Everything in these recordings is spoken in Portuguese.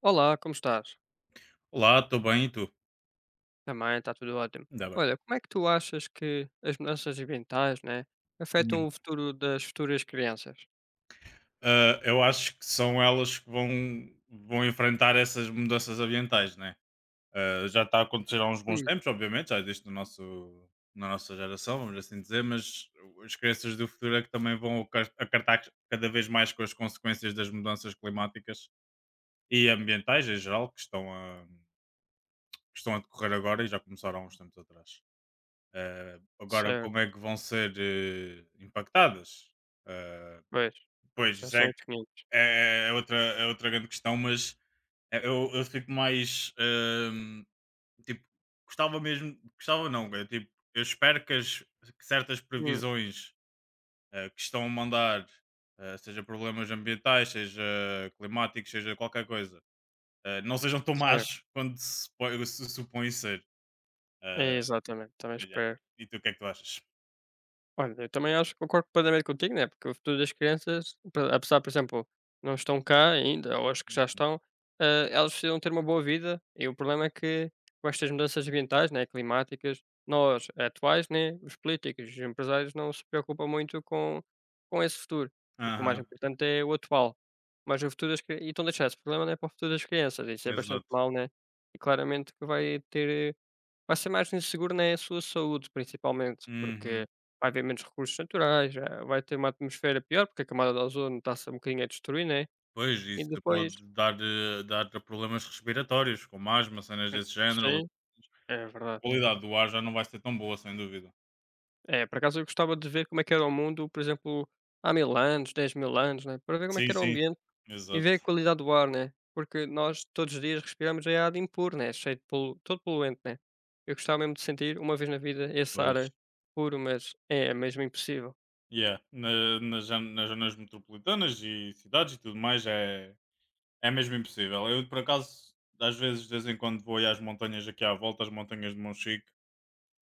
Olá, como estás? Olá, estou bem, e tu? Também está tudo ótimo. Ainda bem. Olha, como é que tu achas que as mudanças ambientais, né, Hum. afetam o futuro das futuras crianças? Eu acho que são elas que vão enfrentar essas mudanças ambientais, né? Já está a acontecer há uns bons Hum, tempos, obviamente, já existe no nosso, na nossa geração, vamos assim dizer, mas as crianças do futuro é que também vão acartar cada vez mais com as consequências das mudanças climáticas e ambientais em geral que que estão a decorrer agora e já começaram há uns tempos atrás. Agora, certo, como é que vão ser impactadas? Ah, pois, Pois, já isso são é que os 500. é outra grande questão, mas eu fico mais, tipo, gostava mesmo gostava não, é tipo, eu espero que as que certas Hum, previsões, que estão a mandar, seja problemas ambientais, seja climáticos, seja qualquer coisa, não sejam tão certo, más quanto se supõe ser. Eh, é exatamente, também mas é. espero. E tu, o que é que tu achas? Olha, eu também acho que concordo completamente contigo, né? Porque o futuro das crianças, apesar, por exemplo, não estão cá ainda, ou acho que já Uhum. estão, elas precisam ter uma boa vida. E o problema é que com estas mudanças ambientais, né, climáticas, nós atuais, né, os políticos, os empresários não se preocupam muito com esse futuro, porque o mais Aham, importante é o atual. Mas o futuro das crianças, e estão a deixar esse problema, né, para o futuro das crianças, isso é bastante exato. mal, né? E claramente que vai ter Vai ser mais inseguro na sua saúde, principalmente, porque Uhum. vai haver menos recursos naturais, já vai ter uma atmosfera pior, porque a camada de ozono está-se um bocadinho a destruir, né? Pois, E isso pode depois. dar problemas respiratórios, como asma, cenas desse género. Sim, é A verdade. qualidade do ar já não vai ser tão boa, sem dúvida. É, por acaso eu gostava de ver como é que era o mundo, por exemplo, há 1000 anos, 10 000 anos, né, para ver como é Sim, que era o sim. ambiente e Exato. ver a qualidade do ar, né? Porque nós todos os dias respiramos é ar impuro, né? Cheio de todo poluente, né? Eu gostava mesmo de sentir uma vez na vida esse Pois. ar puro, mas é mesmo impossível. Yeah. Nas zonas metropolitanas e cidades e tudo mais é mesmo impossível. Eu, por acaso, às vezes, de vez em quando vou aí às montanhas aqui à volta, às montanhas de Monchique.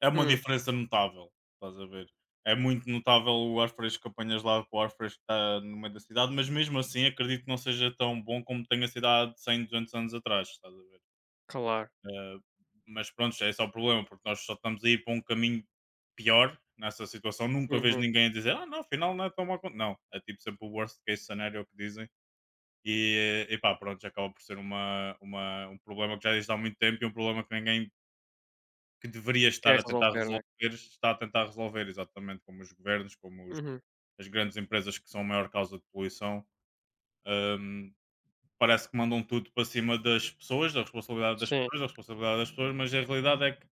É uma Hum, diferença notável, estás a ver? É muito notável o ar fresco que apanhas lá com o ar fresco que está no meio da cidade, mas mesmo assim acredito que não seja tão bom como tem a cidade de 100, 200 anos atrás, estás a ver? claro. Eh, mas pronto, esse é o problema, porque nós só estamos a ir para um caminho pior nessa situação. Nunca vejo Uhum. ninguém a dizer, ah, não, afinal não é tão mal. Não, é tipo sempre o worst case scenario que dizem. E pá, pronto, já acaba por ser um problema que já existe há muito tempo e um problema que ninguém que deveria Quer estar a tentar resolver, né? resolver, está a tentar resolver, exatamente como os governos, como Uhum. as grandes empresas que são a maior causa de poluição. Hum, parece que mandam tudo para cima das pessoas, Sim, da responsabilidade das pessoas, mas a realidade é que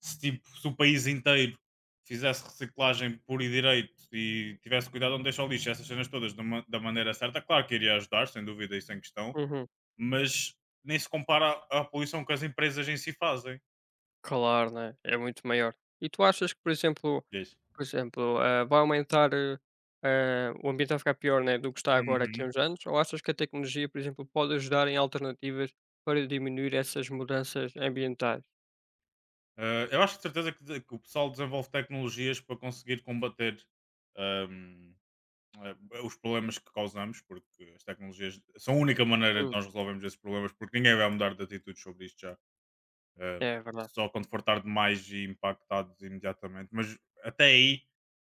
se o país inteiro fizesse reciclagem pura e direito e tivesse cuidado onde deixa o lixo, essas cenas todas da maneira certa, claro que iria ajudar, sem dúvida e sem questão, uhum. mas nem se compara à poluição que as empresas em si fazem. Claro, né? É muito maior. E tu achas que, por exemplo Diz. por exemplo, ah, vai aumentar, o ambiente vai ficar pior, né, do que está agora aqui a Uhum. uns anos? Ou achas que a tecnologia, por exemplo, pode ajudar em alternativas para diminuir essas mudanças ambientais? Eu acho de certeza que o pessoal desenvolve tecnologias para conseguir combater ahm, os problemas que causamos, porque as tecnologias são a única maneira de Hum, nós resolvermos esses problemas, porque ninguém vai mudar de atitude sobre isto já eh, é verdade. só quando for tarde demais e impactados imediatamente. Mas até aí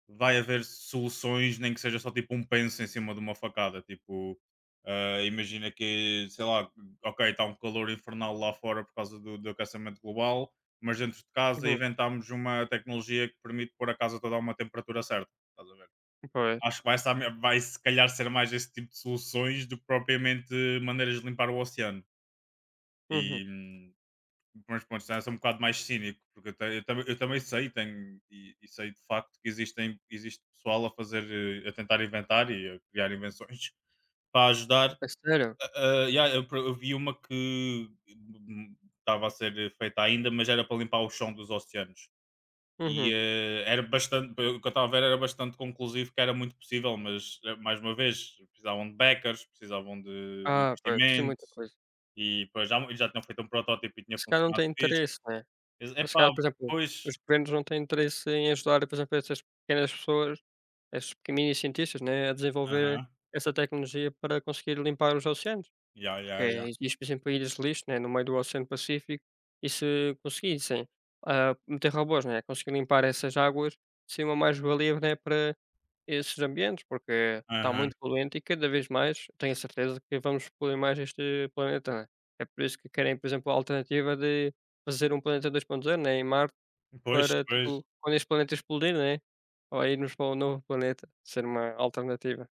vai haver soluções, nem que seja só tipo um penso em cima de uma facada. Tipo, imagina que, sei lá, ok, está um calor infernal lá fora por causa do aquecimento global, mas dentro de casa Uhum, inventámos uma tecnologia que permite pôr a casa toda a uma temperatura certa. Estás a ver? pois. Acho que vai se calhar ser mais esse tipo de soluções do que propriamente maneiras de limpar o oceano. Uhum. E, hum, mas pronto, já sou um bocado mais cínico, porque eu também sei tenho, sei de facto que existem, existe pessoal a fazer, a tentar inventar e a criar invenções para ajudar. A sério? Ah, yeah, eu vi uma que estava a ser feita ainda, mas era para limpar o chão dos oceanos. Uhum. Era bastante, pelo que eu estava a ver, era bastante conclusivo que era muito possível, mas mais uma vez precisavam de backers, precisavam de Ah, pois, sim, investimento, muita coisa. e pois, já tinham feito um protótipo e tinha Esse cara não funcionado tem fixe. interesse, né? Ex Mas se epá, calhar, por exemplo, os pois. governos não têm interesse em ajudar, por exemplo, essas pequenas pessoas, esses pequeninos cientistas, né, a desenvolver Aham. essa tecnologia para conseguir limpar os oceanos, Ya, porque ya, ya. existe, por exemplo, ilhas de lixo, né, no meio do Oceano Pacífico, e se conseguissem, ah, meter robôs, né, conseguir limpar essas águas, seria uma mais-valia, né, para esses ambientes, porque está Aham. muito poluente e cada vez mais tenho a certeza que vamos poluir mais este planeta, né? É por isso que querem, por exemplo, a alternativa de fazer um planeta 2.0, né, em Marte, Pois, para pois. tipo, quando este planeta explodir, né? Ou irmos para um novo planeta, ser uma alternativa.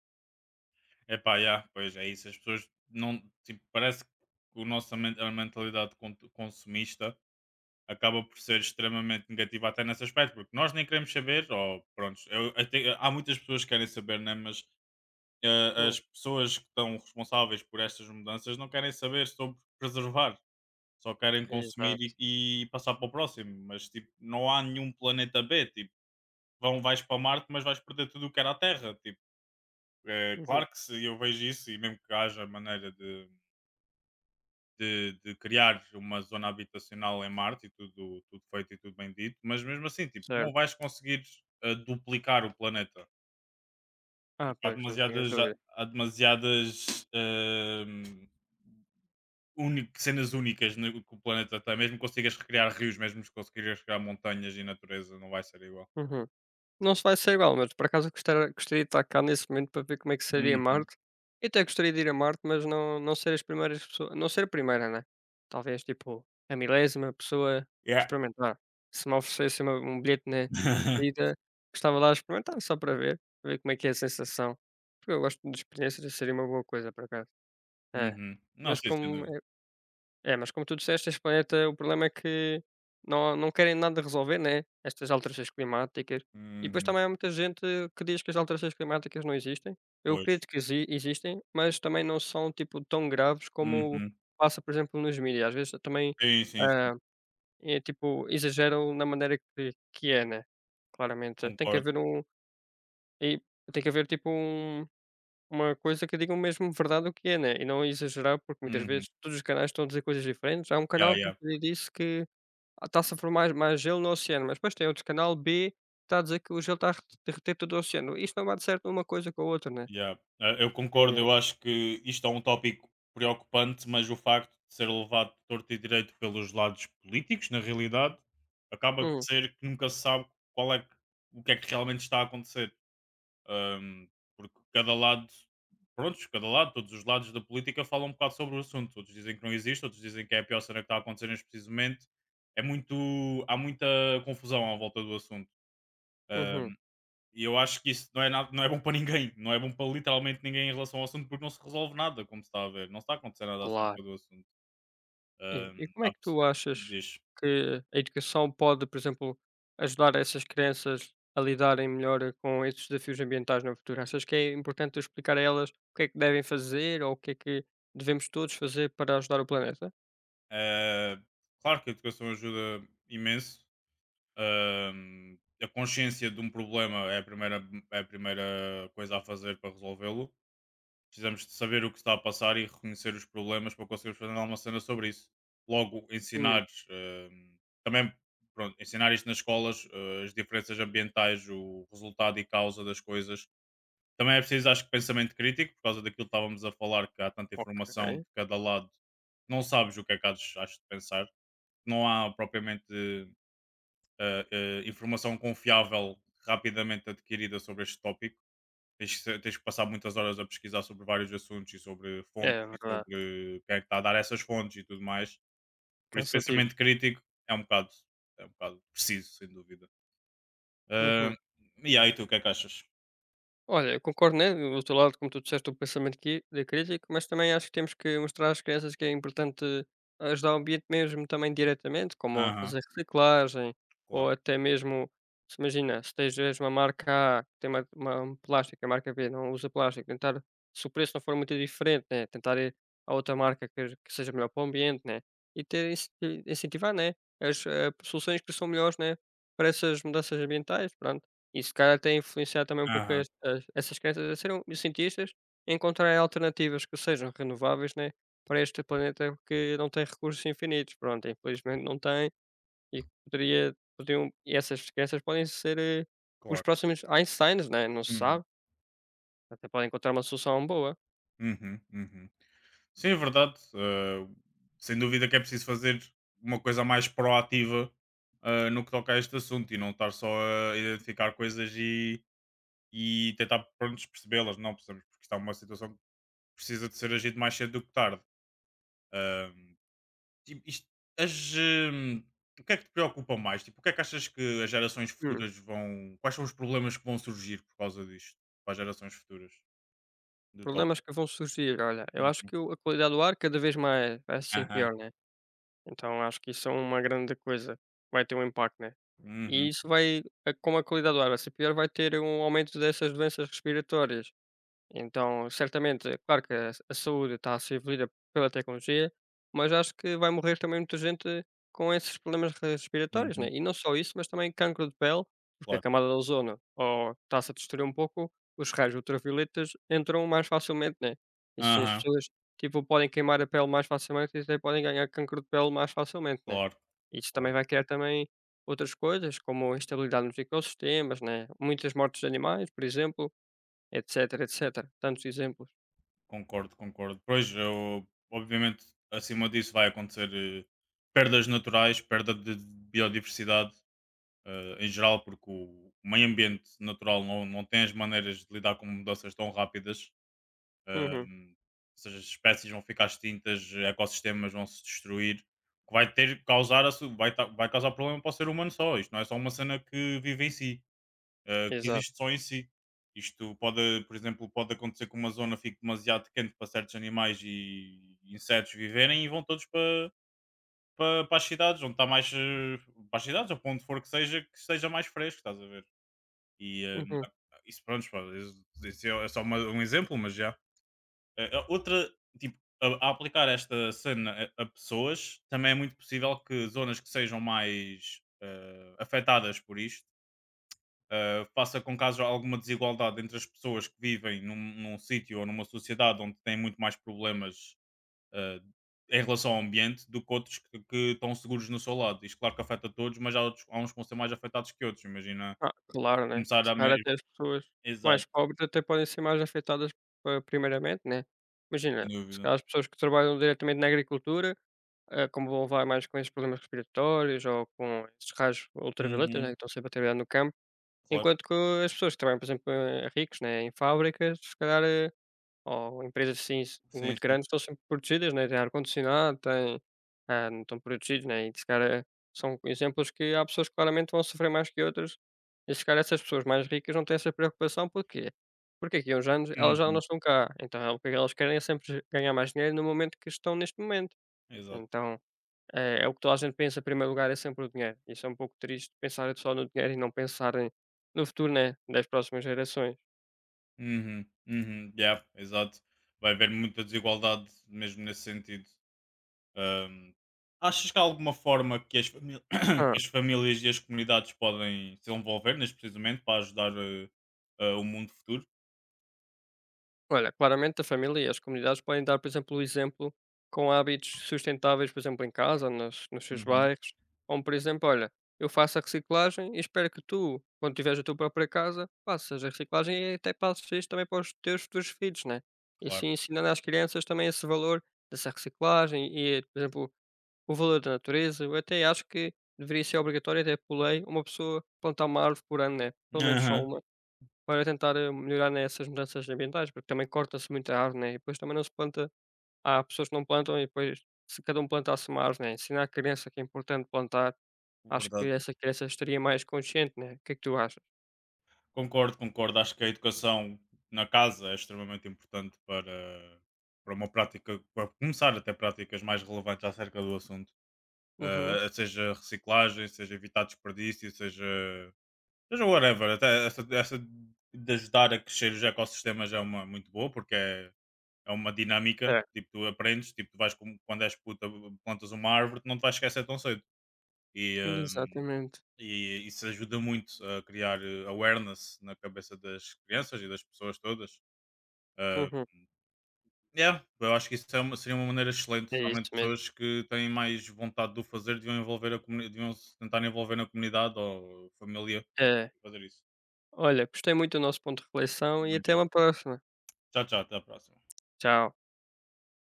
Epá, ya, pois é isso. As pessoas não, tipo, parece que o nosso mentalidade consumista acaba por ser extremamente negativa até nesse aspecto, porque nós nem queremos saber, ou pronto, há muitas pessoas que querem saber, né, mas, Hum, as pessoas que estão responsáveis por estas mudanças não querem saber sobre preservar, só querem consumir exato. E passar para o próximo, mas tipo, não há nenhum planeta B, tipo vão, vais para Marte, mas vais perder tudo o que era a Terra. Tipo, é Uhum, claro que se eu vejo isso, e mesmo que haja maneira de criar uma zona habitacional em Marte e tudo, tudo feito e tudo bem dito, mas mesmo assim, tipo, não certo. vais conseguir duplicar o planeta. Ah, Tipo, pois, não tenhas dúvida. há demasiadas cenas únicas que o planeta tem, mesmo que consigas recriar rios, mesmo que consigas recriar montanhas e natureza, não vai ser igual. Uhum. Não se vai ser igual, mas por acaso gostara gostaria gostaria de estar cá nesse momento para ver como é que seria Uhum. Marte. E até gostaria de ir a Marte, mas não ser as primeiras pessoas, não ser a primeira, né. Talvez, tipo, a milésima pessoa Yeah. experimentar. Se me oferecesse uma um bilhete na vida, ida, gostava lá de experimentar só para ver como é que é a sensação. Porque eu gosto de experiências seria uma boa coisa por acaso. É. Uhum. Não Mas sei se como é mas como tu disseste, este planeta, o problema é que não querem nada resolver, né? Estas alterações climáticas. E depois Uhum. também há muita gente que diz que as alterações climáticas não existem. Eu Pois. acredito que existem, mas também não são tipo tão graves como Uhum. passa, por exemplo, nos mídias. Às vezes também Sim, sim, sim. ah, é, tipo, exageram na maneira que é, né? Claramente. Concordo. E Tem que haver tipo uma coisa que digam mesmo verdade o que é, né, e não exagerar, porque muitas Uhum. vezes todos os canais estão a dizer coisas diferentes. Há um Ya, canal, que ya, tu disse, que está-se a formar mais gelo no oceano, mas depois tem outro canal B, que está a dizer que o gelo está a derreter todo o oceano. Isto não bate certo uma coisa com a outra, né. ya. Eu concordo, E eu acho que isto é um tópico preocupante, mas o facto de ser levado torto e direito pelos lados políticos, na realidade, acaba de hum, ser que nunca se sabe qual é que- o que é que realmente está a acontecer. Ahm, porque prontos, cada lado, todos os lados da política falam um bocado sobre o assunto. Outros dizem que não existe, outros dizem que é a pior cena que está a acontecer neste preciso momento. É muito, há muita confusão à volta do assunto. uhum, Ahm, e eu acho que não é bom para ninguém, não é bom para literalmente ninguém em relação ao assunto, porque não se resolve nada, como se está a ver. Não está a acontecer nada claro. acerca do assunto. E Ahm, como é há pe- que tu achas diz. que a educação pode, por exemplo, ajudar essas crianças a lidarem melhor com esses desafios ambientais no futuro? Achas que é importante explicar a elas o que é que devem fazer ou o que é que devemos todos fazer para ajudar o planeta? Ah, claro que a educação ajuda imenso. A consciência de um problema é a primeira coisa a fazer para resolvê-lo. Precisamos de saber o que está a passar e reconhecer os problemas para conseguirmos fazer alguma cena sobre isso. Logo, Hum, ensinar também pronto, ensinar isto nas escolas, as diferenças ambientais, o resultado e causa das coisas. Também é preciso, acho que, pensamento crítico, por causa daquilo que estávamos a falar, que há tanta informação de ok. cada lado, não sabes o que é que has de pensar. Não há propriamente informação confiável rapidamente adquirida sobre este tópico. Tens que passar muitas horas a pesquisar sobre vários assuntos e sobre fontes É e verdade. sobre quem é que está a dar essas fontes e tudo mais. Por isso, Cansativo. pensamento crítico é um bocado, é um bocado preciso, sem dúvida. Ah, Uhum. e aí, tu, o que é que achas? Olha, eu concordo, né, do outro lado, como tu disseste, o pensamento qui de crítico, mas também acho que temos que mostrar às crianças que é importante ajudar o ambiente mesmo também diretamente, como a Aham, fazer reciclagem ou claro. até mesmo, se imagina, se tens vês uma marca A que tem uma um plástico a marca B não usa plástico, tentar, se o preço não for muito diferente, né, tentar ir a outra marca que seja melhor para o ambiente, né, e ter ince incentivar, né, as, soluções que são melhores, né, para essas mudanças ambientais, pronto. E se calhar até influenciar também um pouco Aham, estas essas crianças a serem cientistas, a encontrarem alternativas que sejam renováveis, né, para este planeta que não tem recursos infinitos. Pronto, infelizmente não tem e poderiam e essas crianças podem ser, os claro. próximos Einsteins, né, não se Uhum, sabe, até podem encontrar uma solução boa. uhum, uhum. Sim, é verdade. Sem dúvida que é preciso fazer uma coisa mais proativa no que toca a este assunto e não estar só a identificar e tentar pronto, percebê-las. Não precisamos, porque está uma situação que precisa de ser agido mais cedo do que tarde. Ahm, tipo, isto- as, hum, o que é que te preocupa mais? Tipo, o que é que achas que as gerações Hum, futuras vão. Quais são os problemas que vão surgir por causa disto para as gerações futuras do Problemas tópico? que vão surgir, olha, eu acho Uhum. que o a qualidade do ar cada vez mais vai ser Aham. pior, né? Então acho que isso é uma grande coisa, vai ter um impacto, né. E Uhum. isso vai a como a qualidade do ar vai ser pior, vai ter um aumento dessas doenças respiratórias. Então, certamente, é claro que a saúde está a ser evoluída pela tecnologia, mas acho que vai morrer também muita gente com esses problemas respiratórios, né? Uhum. E não só isso, mas também cancro de pele, porque a Claro. camada de ozono ou está-se a destruir um pouco, os raios ultravioletas entram mais facilmente, né? E sim, as Aham. pessoas, tipo, podem queimar a pele mais facilmente e até podem ganhar cancro de pele mais facilmente, né? Claro. Isso também Claro, vai criar também outras coisas, como instabilidade nos ecossistemas, né? Muitas mortes de animais, por exemplo, etc etc Tantos exemplos. concordo, concordo. Pois, eu, obviamente, acima disso vai acontecer perdas naturais, perda de biodiversidade em geral, porque o meio ambiente natural não tem as maneiras de lidar com mudanças tão rápidas. Uhum. ehm, ou seja, as espécies vão ficar extintas, ecossistemas vão se destruir, o que vai ter causar a su- vai, ta- vai causar problema para o ser humano só. Isto não é só uma cena que vive em si. Que Exato. existe só em si. Isto pode, por exemplo, pode acontecer que uma zona fique demasiado quente para certos animais e insetos viverem e vão todos para as cidades, onde está mais ou para onde for que seja mais fresco, estás a ver? E eh, Uhum. isso pronto, pá, isso é só um exemplo, mas já. Outra, tipo, a aplicar esta cena a pessoas, também é muito possível que zonas que sejam mais afetadas por isto faça com que haja alguma desigualdade entre as pessoas que vivem num sítio ou numa sociedade onde têm muito mais problemas uh, em relação ao ambiente do que outros que estão seguros no seu lado. Isto, claro que afeta todos, mas há uns que vão ser mais afetados que outros. Imagina Ah, claro, né. começar Se a. Me... calhar até as pessoas Exato, mais pobres até podem ser mais afetadas, primeiramente, né. sem Imagina, se dúvida. calhar as pessoas que trabalham diretamente na agricultura, como vão levar mais com esses problemas respiratórios ou com esses raios ultravioletas, né, que Uhum, estão sempre a trabalhar no campo, claro. enquanto que as pessoas que trabalham, por exemplo, ricos, né, em fábricas, se calhar, eh Ou empresas assim s Sim, muito sim. grandes estão sempre protegidas, né, têm ar-condicionado, têm, ah, não estão protegidos, né, e se calhar são exemplos que há pessoas que claramente vão sofrer mais que outras, e se calhar essas pessoas mais ricas não têm essa preocupação, porquê? Porque aqui a uns anos elas já não Uhum, estão cá, então é o que é, elas querem é sempre ganhar mais dinheiro no momento que estão neste momento. exato. Então, é o que toda a gente pensa em primeiro lugar é sempre o dinheiro, isso é um pouco triste pensar só no dinheiro e não pensarem no futuro, né, das próximas gerações. Uhum, uhum, yeah, exato. Vai haver muita desigualdade mesmo nesse sentido. Ahm, achas que há alguma forma que Hã. que as famílias e as comunidades podem se envolver neste precisamente para ajudar o mundo futuro? Olha, claramente a família e as comunidades podem dar, por exemplo, o exemplo com hábitos sustentáveis, por exemplo, em casa, nos seus Uhum. bairros. Como, por exemplo, olha, eu faço a reciclagem e espero que tu, quando tiveres a tua própria casa, faças a reciclagem e até passes isso também para os teus futuros filhos, né? E assim Claro. ensinando às crianças também esse valor dessa reciclagem e, por exemplo, o valor da natureza. Eu até acho que deveria ser obrigatório, até por lei, uma pessoa plantar uma árvore por ano, né? Pelo menos só Aham, uma. Para tentar, melhorar nessas mudanças ambientais, porque também corta-se muita árvore, né, e depois também não se planta há pessoas que não plantam e depois se cada um plantasse uma árvore, né, ensinar a criança que é importante plantar, acho que Verdade. essa criança estaria mais consciente, né, o que é que tu achas? Concordo, concordo. Acho que a educação na casa é extremamente importante para, para uma prática, para começar até práticas mais relevantes acerca do assunto. Uhum. Seja reciclagem, seja evitar desperdício, seja Seja whatever, até essa de ajudar a crescer os ecossistemas é uma muito boa, porque é uma dinâmica, É, tipo, tu aprendes, tipo, tu vais quando és puta, plantas uma árvore, tu não te vais esquecer tão cedo. E, hum, exatamente. e isso ajuda muito a criar awareness na cabeça das crianças e das pessoas todas. Ah, Uhum. yeah, eu acho que seria uma maneira excelente. É isso Realmente mesmo. pessoas que têm mais vontade de o fazer deviam envolver a comunidade, deviam se tentar envolver na comunidade ou família a É. fazer isso. Olha, gostei muito do nosso ponto de reflexão e Bom até dia. uma próxima. Tchau, tchau, até a próxima. Tchau.